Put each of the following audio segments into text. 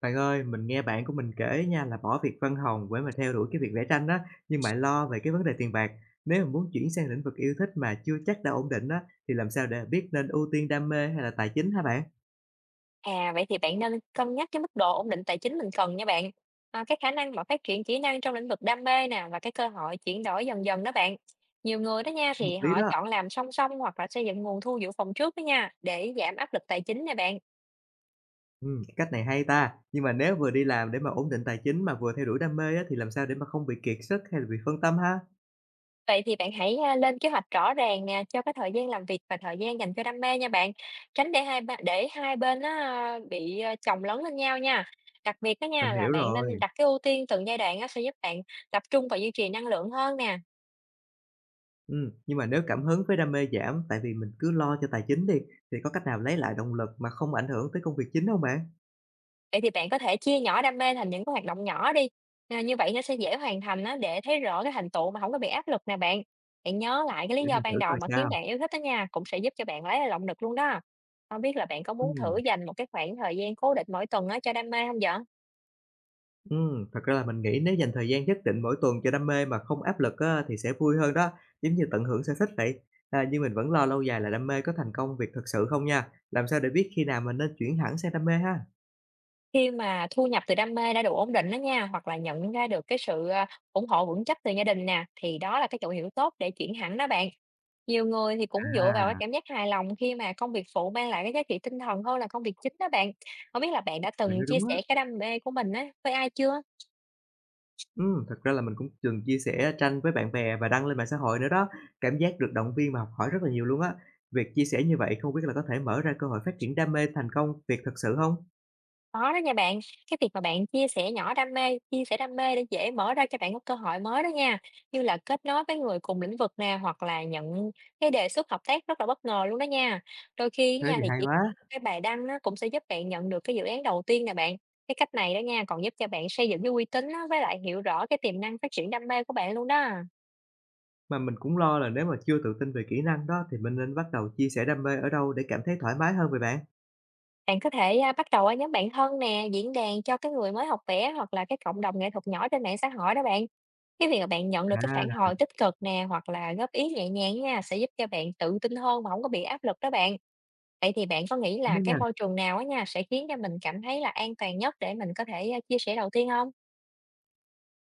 Bạn ơi, mình nghe bạn của mình kể nha là bỏ việc văn phòng để mà theo đuổi cái việc vẽ tranh á, nhưng bạn lo về cái vấn đề tiền bạc. Nếu mà muốn chuyển sang lĩnh vực yêu thích mà chưa chắc đã ổn định á, thì làm sao để biết nên ưu tiên đam mê hay là tài chính hả bạn? À, vậy thì bạn nên cân nhắc cái mức độ ổn định tài chính mình cần nha bạn. À, cái khả năng mà phát triển kỹ năng trong lĩnh vực đam mê nè và cái cơ hội chuyển đổi dần dần đó bạn. Nhiều người đó nha Cũng thì hợp lý họ đó. chọn làm song song hoặc là xây dựng nguồn thu dự phòng trước đó nha để giảm áp lực tài chính nè bạn. Ừ, cái cách này hay ta. Nhưng mà nếu vừa đi làm để mà ổn định tài chính mà vừa theo đuổi đam mê á, thì làm sao để mà không bị kiệt sức hay là bị phân tâm ha? Vậy thì bạn hãy lên kế hoạch rõ ràng nè cho cái thời gian làm việc và thời gian dành cho đam mê nha bạn. Tránh để hai bên nó bị chồng lấn lên nhau nha. Đặc biệt đó nha Mình là hiểu bạn nên rồi. đặt cái ưu tiên từng giai đoạn á, sẽ giúp bạn tập trung và duy trì năng lượng hơn nè. Ừ, nhưng mà nếu cảm hứng với đam mê giảm tại vì mình cứ lo cho tài chính đi, thì có cách nào lấy lại động lực mà không ảnh hưởng tới công việc chính không bạn? Vậy thì bạn có thể chia nhỏ đam mê thành những cái hoạt động nhỏ đi, như vậy nó sẽ dễ hoàn thành á, để thấy rõ cái thành tựu mà không có bị áp lực nè bạn. Bạn nhớ lại cái lý Để do mình thử ban đầu coi mà khiến sao. bạn yêu thích đó nha, cũng sẽ giúp cho bạn lấy lại động lực luôn đó. Không biết là bạn có muốn thử Ừ. dành một cái khoảng thời gian cố định mỗi tuần á, cho đam mê không vậy? Thật ra là mình nghĩ nếu dành thời gian nhất định mỗi tuần cho đam mê mà không áp lực á, thì sẽ vui hơn đó, giống như tận hưởng sở thích vậy. À, nhưng mình vẫn lo lâu dài là đam mê có thành công việc thật sự không nha. Làm sao để biết khi nào mình nên chuyển hẳn sang đam mê ha? Khi mà thu nhập từ đam mê đã đủ ổn định đó nha, hoặc là nhận ra được cái sự, ủng hộ vững chắc từ gia đình nè, thì đó là cái dấu hiệu tốt để chuyển hẳn đó bạn. Nhiều người thì cũng À, dựa vào cái cảm giác hài lòng khi mà công việc phụ mang lại cái giá trị tinh thần hơn là công việc chính đó bạn. Không biết là bạn đã bạn từng nói chia đúng sẻ á. cái đam mê của mình á với ai chưa? Thật ra là mình cũng từng chia sẻ tranh với bạn bè và đăng lên mạng xã hội nữa đó. Cảm giác được động viên và học hỏi rất là nhiều luôn á. Việc chia sẻ như vậy không biết là có thể mở ra cơ hội phát triển đam mê thành công việc thật sự không? Có đó nha bạn, cái việc mà bạn chia sẻ đam mê để dễ mở ra cho bạn có cơ hội mới đó nha, như là kết nối với người cùng lĩnh vực nè, hoặc là nhận cái đề xuất hợp tác rất là bất ngờ luôn đó nha. Đôi khi Thế nha thì thì hay chỉ quá. cần một cái bài đăng nó cũng sẽ giúp bạn nhận được cái dự án đầu tiên nè bạn. Cái cách này đó nha, còn giúp cho bạn xây dựng cái uy tín á, với lại hiểu rõ cái tiềm năng phát triển đam mê của bạn luôn đó. Mà mình cũng lo là nếu mà chưa tự tin về kỹ năng đó thì mình nên bắt đầu chia sẻ đam mê ở đâu để cảm thấy thoải mái hơn vậy bạn? Bạn có thể, bắt đầu ở nhóm bạn thân nè, diễn đàn cho cái người mới học vẽ hoặc là cái cộng đồng nghệ thuật nhỏ trên mạng xã hội đó bạn. Cái việc mà bạn nhận được cái phản À, hồi tích cực nè, hoặc là góp ý nhẹ nhàng nha, sẽ giúp cho bạn tự tin hơn mà không có bị áp lực đó bạn. Vậy thì bạn có nghĩ đúng là đó cái nha. môi trường nào á nha, sẽ khiến cho mình cảm thấy là an toàn nhất để mình có thể, chia sẻ đầu tiên không?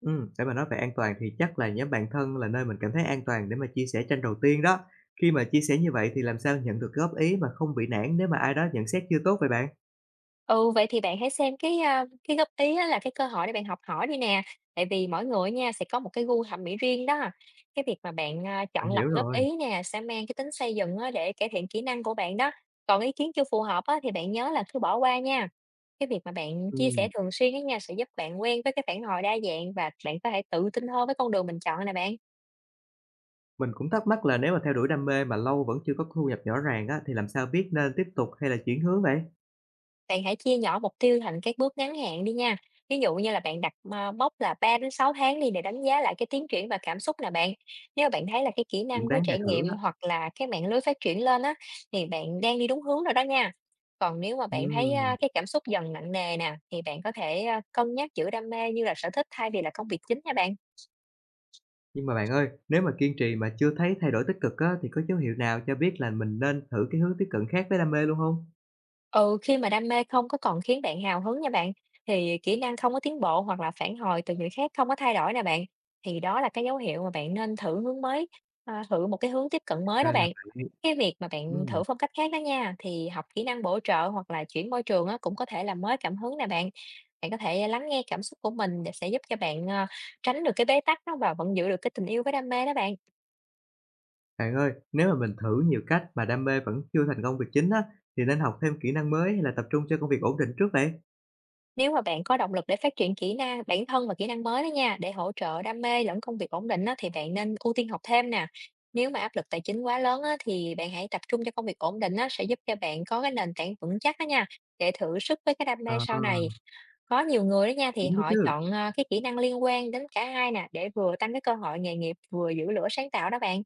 Ừ, để mà nói về an toàn thì chắc là nhóm bạn thân là nơi mình cảm thấy an toàn để mà chia sẻ tranh đầu tiên đó. Khi mà chia sẻ như vậy thì làm sao nhận được góp ý mà không bị nản nếu mà ai đó nhận xét chưa tốt vậy bạn? Ừ, vậy thì bạn hãy xem cái góp ý á là cái cơ hội để bạn học hỏi đi nè, tại vì mỗi người nha sẽ có một cái gu thẩm mỹ riêng đó. Cái việc mà bạn, chọn Mình hiểu lọc góp rồi. ý nè sẽ mang cái tính xây dựng á để cải thiện kỹ năng của bạn đó, còn ý kiến chưa phù hợp á thì bạn nhớ là cứ bỏ qua nha. Cái việc mà bạn chia sẻ Ừ, thường xuyên á nha sẽ giúp bạn quen với cái phản hồi đa dạng và bạn có thể tự tin hơn với con đường mình chọn nè bạn. mình cũng thắc mắc là nếu mà theo đuổi đam mê mà lâu vẫn chưa có thu nhập rõ ràng á thì làm sao biết nên tiếp tục hay là chuyển hướng vậy? Bạn hãy chia nhỏ mục tiêu thành các bước ngắn hạn đi nha. Ví dụ như là bạn đặt mốc là 3 đến 6 tháng đi để đánh giá lại cái tiến triển và cảm xúc nè bạn. Nếu mà bạn thấy là cái kỹ Cũng năng với đáng để trải thử nghiệm á. hoặc là cái mạng lưới phát triển lên á, thì bạn đang đi đúng hướng rồi đó nha. Còn nếu mà bạn thấy Ừ. cái cảm xúc dần nặng nề nè, thì bạn có thể cân nhắc giữ đam mê như là sở thích thay vì là công việc chính nha bạn. Nhưng mà bạn ơi, nếu mà kiên trì mà chưa thấy thay đổi tích cực á, thì có dấu hiệu nào cho biết là mình nên thử cái hướng tiếp cận khác với đam mê luôn không? Ừ, khi mà đam mê không có còn khiến bạn hào hứng nha bạn, thì kỹ năng không có tiến bộ hoặc là phản hồi từ người khác không có thay đổi nè bạn, thì đó là cái dấu hiệu mà bạn nên thử một cái hướng tiếp cận mới đó Ra là bạn. bạn Cái việc mà bạn ừm, thử phong cách khác đó nha, thì học kỹ năng bổ trợ hoặc là chuyển môi trường á, cũng có thể làm mới cảm hứng nè bạn. Bạn có thể lắng nghe cảm xúc của mình để sẽ giúp cho bạn tránh được cái bế tắc đó và vẫn giữ được cái tình yêu với đam mê đó bạn. bạn ơi, nếu mà mình thử nhiều cách mà đam mê vẫn chưa thành công việc chính á, thì nên học thêm kỹ năng mới hay là tập trung cho công việc ổn định trước vậy? Nếu mà bạn có động lực để phát triển kỹ năng bản thân và kỹ năng mới đó nha, để hỗ trợ đam mê lẫn công việc ổn định á, thì bạn nên ưu tiên học thêm nè. Nếu mà áp lực tài chính quá lớn á, thì bạn hãy tập trung cho công việc ổn định á, sẽ giúp cho bạn có cái nền tảng vững chắc đó nha, để thử sức với cái đam Ờ, mê sau này. Có nhiều người đó nha thì thì đúng đó họ chứ. chọn cái kỹ năng liên quan đến cả hai nè để vừa tăng cái cơ hội nghề nghiệp vừa giữ lửa sáng tạo đó bạn.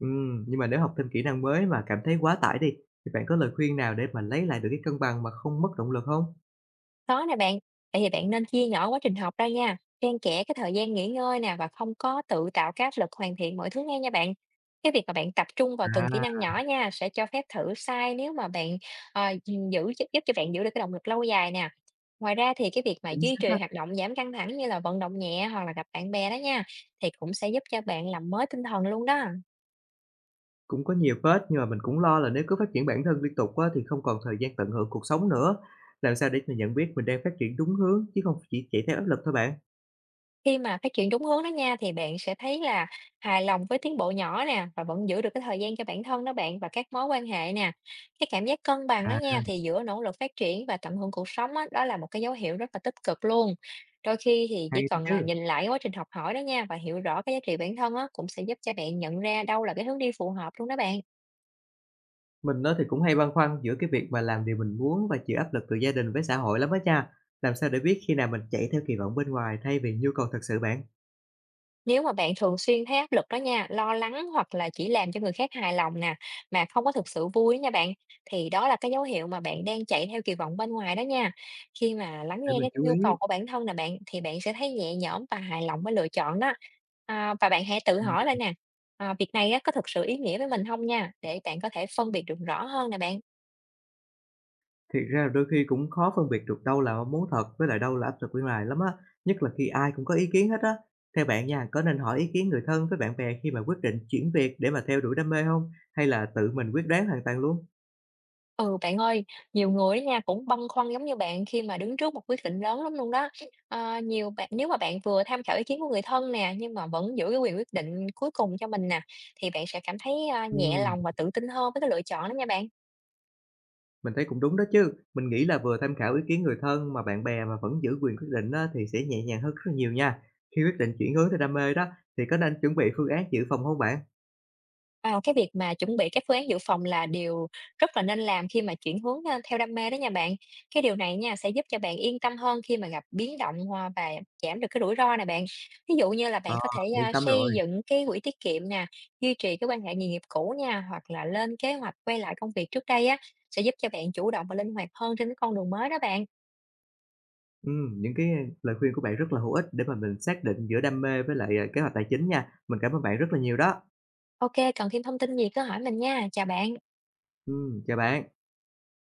Nhưng mà nếu học thêm kỹ năng mới mà cảm thấy quá tải đi, thì bạn có lời khuyên nào để mà lấy lại được cái cân bằng mà không mất động lực không? Có nè bạn, vậy thì bạn nên chia nhỏ quá trình học ra nha, xen kẽ cái thời gian nghỉ ngơi nè và không có tự tạo cái áp lực hoàn thiện mọi thứ ngay nha bạn. Cái việc mà bạn tập trung vào từng kỹ năng À, nhỏ nha sẽ cho phép thử sai nếu mà bạn ờ, giữ giúp cho bạn giữ được cái động lực lâu dài nè. Ngoài ra thì cái việc mà chính duy xác trì đó. hoạt động giảm căng thẳng như là vận động nhẹ hoặc là gặp bạn bè đó nha thì cũng sẽ giúp cho bạn làm mới tinh thần luôn đó. Cũng có nhiều phết, nhưng mà mình cũng lo là nếu cứ phát triển bản thân liên tục á, thì không còn thời gian tận hưởng cuộc sống nữa. Làm sao để mình nhận biết mình đang phát triển đúng hướng chứ không chỉ chạy theo áp lực thôi bạn? Khi mà phát triển đúng hướng đó nha, thì bạn sẽ thấy là hài lòng với tiến bộ nhỏ nè, và vẫn giữ được cái thời gian cho bản thân đó bạn và các mối quan hệ nè. Cái cảm giác cân bằng đó À, nha, thì giữa nỗ lực phát triển và tận hưởng cuộc sống á, đó là một cái dấu hiệu rất là tích cực luôn. Đôi khi thì hay chỉ đó cần là chứ. nhìn lại quá trình học hỏi đó nha và hiểu rõ cái giá trị bản thân á, cũng sẽ giúp cho bạn nhận ra đâu là cái hướng đi phù hợp luôn đó bạn. Mình á, thì cũng hay băn khoăn giữa cái việc mà làm điều mình muốn và chịu áp lực từ gia đình với xã hội lắm á cha. Làm sao để biết khi nào mình chạy theo kỳ vọng bên ngoài thay vì nhu cầu thật sự bạn? Nếu mà bạn thường xuyên thấy áp lực đó nha, lo lắng hoặc là chỉ làm cho người khác hài lòng nè, mà không có thực sự vui nha bạn, thì đó là cái dấu hiệu mà bạn đang chạy theo kỳ vọng bên ngoài đó nha. Khi mà lắng Để nghe mình cái chú nhu cầu ý. của bản thân nè bạn, thì bạn sẽ thấy nhẹ nhõm và hài lòng với lựa chọn đó. À, và bạn hãy tự hỏi lại nè: à, việc này á, có thực sự ý nghĩa với mình không nha, để bạn có thể phân biệt được rõ hơn nè bạn. Thiệt ra là đôi khi cũng khó phân biệt được đâu là mong muốn thật với lại đâu là áp lực bên ngoài lắm á, nhất là khi ai cũng có ý kiến hết á. Theo bạn nha, có nên hỏi ý kiến người thân với bạn bè khi mà quyết định chuyển việc để mà theo đuổi đam mê không? Hay là tự mình quyết đoán hoàn toàn luôn? Ừ, bạn ơi, nhiều người á nha cũng băn khoăn giống như bạn khi mà đứng trước một quyết định lớn lắm luôn đó. Ờ, nhiều bạn, nếu mà bạn vừa tham khảo ý kiến của người thân nè, nhưng mà vẫn giữ cái quyền quyết định cuối cùng cho mình nè, thì bạn sẽ cảm thấy, nhẹ Ừm, lòng và tự tin hơn với cái lựa chọn đó nha bạn. mình thấy cũng đúng đó chứ. Mình nghĩ là vừa tham khảo ý kiến người thân mà bạn bè mà vẫn giữ quyền quyết định á, thì sẽ nhẹ nhàng hơn rất là nhiều nha. Khi quyết định chuyển hướng theo đam mê đó, thì có nên chuẩn bị phương án dự phòng không bạn? À, cái việc mà chuẩn bị các phương án dự phòng là điều rất là nên làm khi mà chuyển hướng, theo đam mê đó nha bạn. Cái điều này nha, sẽ giúp cho bạn yên tâm hơn khi mà gặp biến động hoa và giảm được cái rủi ro này bạn. Ví dụ như là bạn Ờ, có thể, yên tâm xây rồi. dựng cái quỹ tiết kiệm nè, duy trì cái quan hệ nghề nghiệp cũ nha, hoặc là lên kế hoạch quay lại công việc trước đây á, sẽ giúp cho bạn chủ động và linh hoạt hơn trên cái con đường mới đó bạn. Những cái, lời khuyên của bạn rất là hữu ích để mà mình xác định giữa đam mê với lại, à, kế hoạch tài chính nha. Mình cảm ơn bạn rất là nhiều đó. OK, cần thêm thông tin gì cứ hỏi mình nha, chào bạn. Chào bạn.